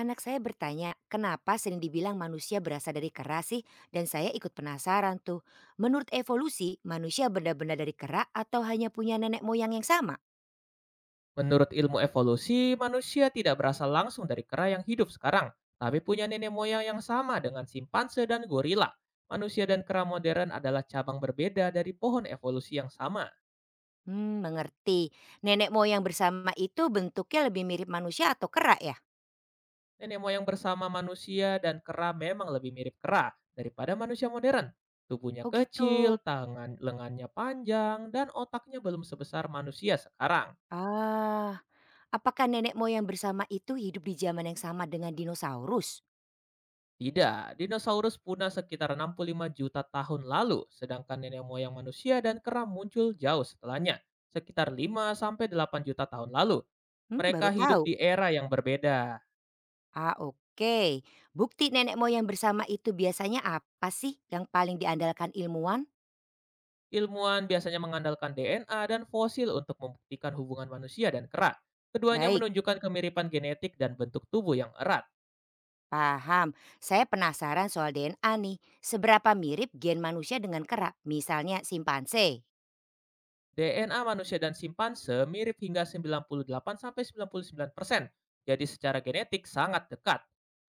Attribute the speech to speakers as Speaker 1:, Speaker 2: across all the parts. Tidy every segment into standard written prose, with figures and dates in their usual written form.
Speaker 1: Anak saya bertanya, kenapa sering dibilang manusia berasal dari kera sih? Dan saya ikut penasaran tuh. Menurut evolusi, manusia benda-benda dari kera atau hanya punya nenek moyang yang sama?
Speaker 2: Menurut ilmu evolusi, manusia tidak berasal langsung dari kera yang hidup sekarang, tapi punya nenek moyang yang sama dengan simpanse dan gorila. Manusia dan kera modern adalah cabang berbeda dari pohon evolusi yang sama.
Speaker 1: Hmm, mengerti. Nenek moyang bersama itu bentuknya lebih mirip manusia atau kera ya?
Speaker 2: Nenek moyang bersama manusia dan kera memang lebih mirip kera daripada manusia modern. Tubuhnya
Speaker 1: Oh gitu.
Speaker 2: kecil, tangan lengannya panjang, dan otaknya belum sebesar manusia sekarang.
Speaker 1: Ah, Apakah nenek moyang bersama itu hidup di zaman yang sama dengan dinosaurus?
Speaker 2: Tidak, dinosaurus punah sekitar 65 juta tahun lalu, sedangkan nenek moyang manusia dan kera muncul jauh setelahnya, sekitar 5 sampai 8 juta tahun lalu.
Speaker 1: Hmm,
Speaker 2: Mereka
Speaker 1: baru
Speaker 2: hidup
Speaker 1: tahu.
Speaker 2: di era yang berbeda.
Speaker 1: Ah, oke. Bukti nenek moyang bersama itu biasanya apa sih yang paling diandalkan ilmuwan?
Speaker 2: Ilmuwan biasanya mengandalkan DNA dan fosil untuk membuktikan hubungan manusia dan kera. Keduanya
Speaker 1: Baik.
Speaker 2: menunjukkan kemiripan genetik dan bentuk tubuh yang erat.
Speaker 1: Paham. Saya penasaran soal DNA nih. Seberapa mirip gen manusia dengan kera? Misalnya simpanse.
Speaker 2: DNA manusia dan simpanse mirip hingga 98 sampai 99%, jadi secara genetik sangat dekat,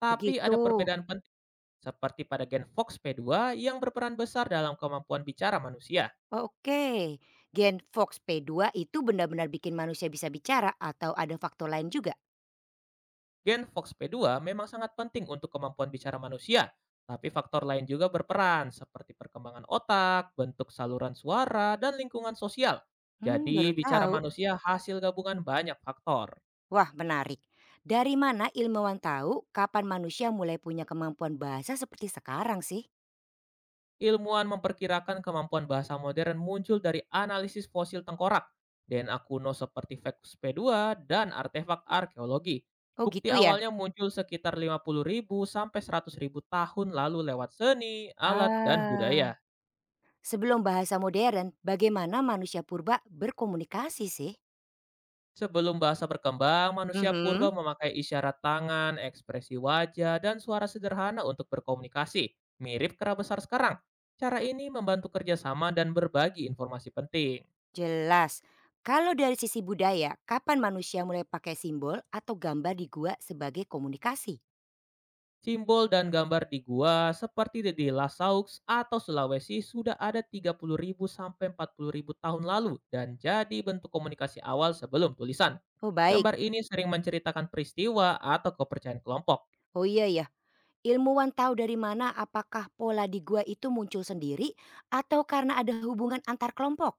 Speaker 2: tapi
Speaker 1: Begitu.
Speaker 2: ada perbedaan penting seperti pada gen FOXP2 yang berperan besar dalam kemampuan bicara manusia.
Speaker 1: Oke. Gen Fox p dua itu benar-benar bikin manusia bisa bicara atau ada faktor lain juga?
Speaker 2: Gen FOXP2 memang sangat penting untuk kemampuan bicara manusia, tapi faktor lain juga berperan seperti perkembangan otak, bentuk saluran suara, dan lingkungan sosial.
Speaker 1: Hmm, baru
Speaker 2: Jadi, bicara
Speaker 1: tahu.
Speaker 2: manusia hasil gabungan banyak faktor.
Speaker 1: Wah, menarik. Dari mana ilmuwan tahu kapan manusia mulai punya kemampuan bahasa seperti sekarang sih?
Speaker 2: Ilmuwan memperkirakan kemampuan bahasa modern muncul dari analisis fosil tengkorak, DNA kuno seperti Vetus p dua, dan artefak arkeologi.
Speaker 1: Oh,
Speaker 2: Bukti
Speaker 1: gitu ya.
Speaker 2: awalnya muncul sekitar 50.000 sampai 100.000 tahun lalu lewat seni, alat, dan
Speaker 1: Ah,
Speaker 2: budaya.
Speaker 1: Sebelum bahasa modern, bagaimana manusia purba berkomunikasi sih?
Speaker 2: Sebelum bahasa berkembang, manusia purba
Speaker 1: Mhm.
Speaker 2: memakai isyarat tangan, ekspresi wajah, dan suara sederhana untuk berkomunikasi, mirip kera besar sekarang. Cara ini membantu kerjasama dan berbagi informasi penting.
Speaker 1: Jelas. Kalau dari sisi budaya, kapan manusia mulai pakai simbol atau gambar di gua sebagai komunikasi?
Speaker 2: Simbol dan gambar di gua seperti di Lasaux atau Sulawesi sudah ada 30.000 sampai 40.000 tahun lalu dan jadi bentuk komunikasi awal sebelum tulisan.
Speaker 1: Oh, baik.
Speaker 2: Gambar ini sering menceritakan peristiwa atau kepercayaan kelompok.
Speaker 1: Oh iya ya. Ilmuwan tahu dari mana, apakah pola di gua itu muncul sendiri atau karena ada hubungan antar kelompok?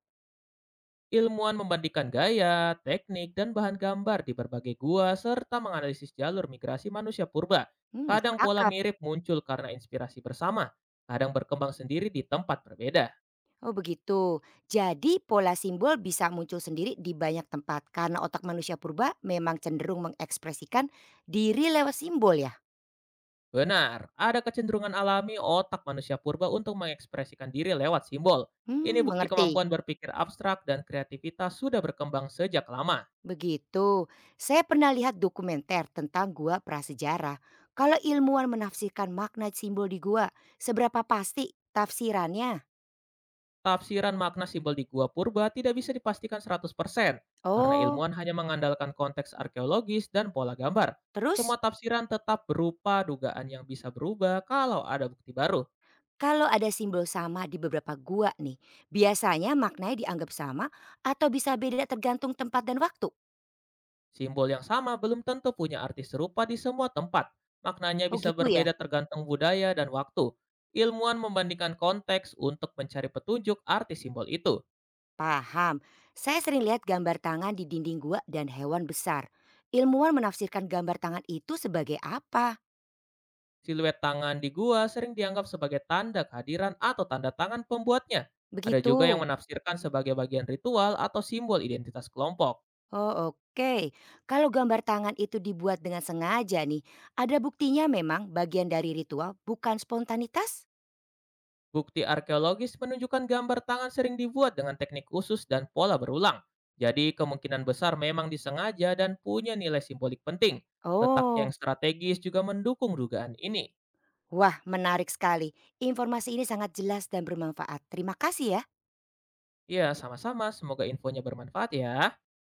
Speaker 2: Ilmuwan membandingkan gaya, teknik, dan bahan gambar di berbagai gua serta menganalisis jalur migrasi manusia purba.
Speaker 1: Hmm, masuk
Speaker 2: Kadang pola
Speaker 1: akal.
Speaker 2: mirip muncul karena inspirasi bersama, kadang berkembang sendiri di tempat berbeda.
Speaker 1: Oh begitu. Jadi pola simbol bisa muncul sendiri di banyak tempat karena otak manusia purba memang cenderung mengekspresikan diri lewat simbol ya.
Speaker 2: Benar, ada kecenderungan alami otak manusia purba untuk mengekspresikan diri lewat simbol. Ini
Speaker 1: Hmm,
Speaker 2: bukti
Speaker 1: mengerti.
Speaker 2: kemampuan berpikir abstrak dan kreativitas sudah berkembang sejak lama.
Speaker 1: Begitu, saya pernah lihat dokumenter tentang gua prasejarah. Kalau ilmuwan menafsirkan makna simbol di gua, seberapa pasti tafsirannya?
Speaker 2: Tafsiran makna simbol di gua purba tidak bisa dipastikan 100%, karena
Speaker 1: Oh,
Speaker 2: ilmuwan hanya mengandalkan konteks arkeologis dan pola gambar. Semua
Speaker 1: terus
Speaker 2: tafsiran tetap berupa dugaan yang bisa berubah kalau ada bukti baru.
Speaker 1: kalau ada simbol sama di beberapa gua nih, biasanya maknanya dianggap sama atau bisa beda tergantung tempat dan waktu?
Speaker 2: Simbol yang sama belum tentu punya arti serupa di semua tempat. Maknanya
Speaker 1: Oh
Speaker 2: bisa
Speaker 1: gitu ya?
Speaker 2: berbeda tergantung budaya dan waktu. Ilmuwan membandingkan konteks untuk mencari petunjuk arti simbol itu.
Speaker 1: Paham. Saya sering lihat gambar tangan di dinding gua dan hewan besar. Ilmuwan menafsirkan gambar tangan itu sebagai apa?
Speaker 2: Siluet tangan di gua sering dianggap sebagai tanda kehadiran atau tanda tangan pembuatnya. Ada
Speaker 1: Begitu.
Speaker 2: juga yang menafsirkan sebagai bagian ritual atau simbol identitas kelompok.
Speaker 1: Oh oke, kalau gambar tangan itu dibuat dengan sengaja nih, ada buktinya memang bagian dari ritual bukan spontanitas?
Speaker 2: Bukti arkeologis menunjukkan gambar tangan sering dibuat dengan teknik khusus dan pola berulang. Jadi kemungkinan besar memang disengaja dan punya nilai simbolik penting. Letak yang
Speaker 1: Oh,
Speaker 2: strategis juga mendukung dugaan ini.
Speaker 1: wah menarik sekali. Informasi ini sangat jelas dan bermanfaat. Terima kasih ya.
Speaker 2: Ya, sama-sama. Semoga infonya bermanfaat ya.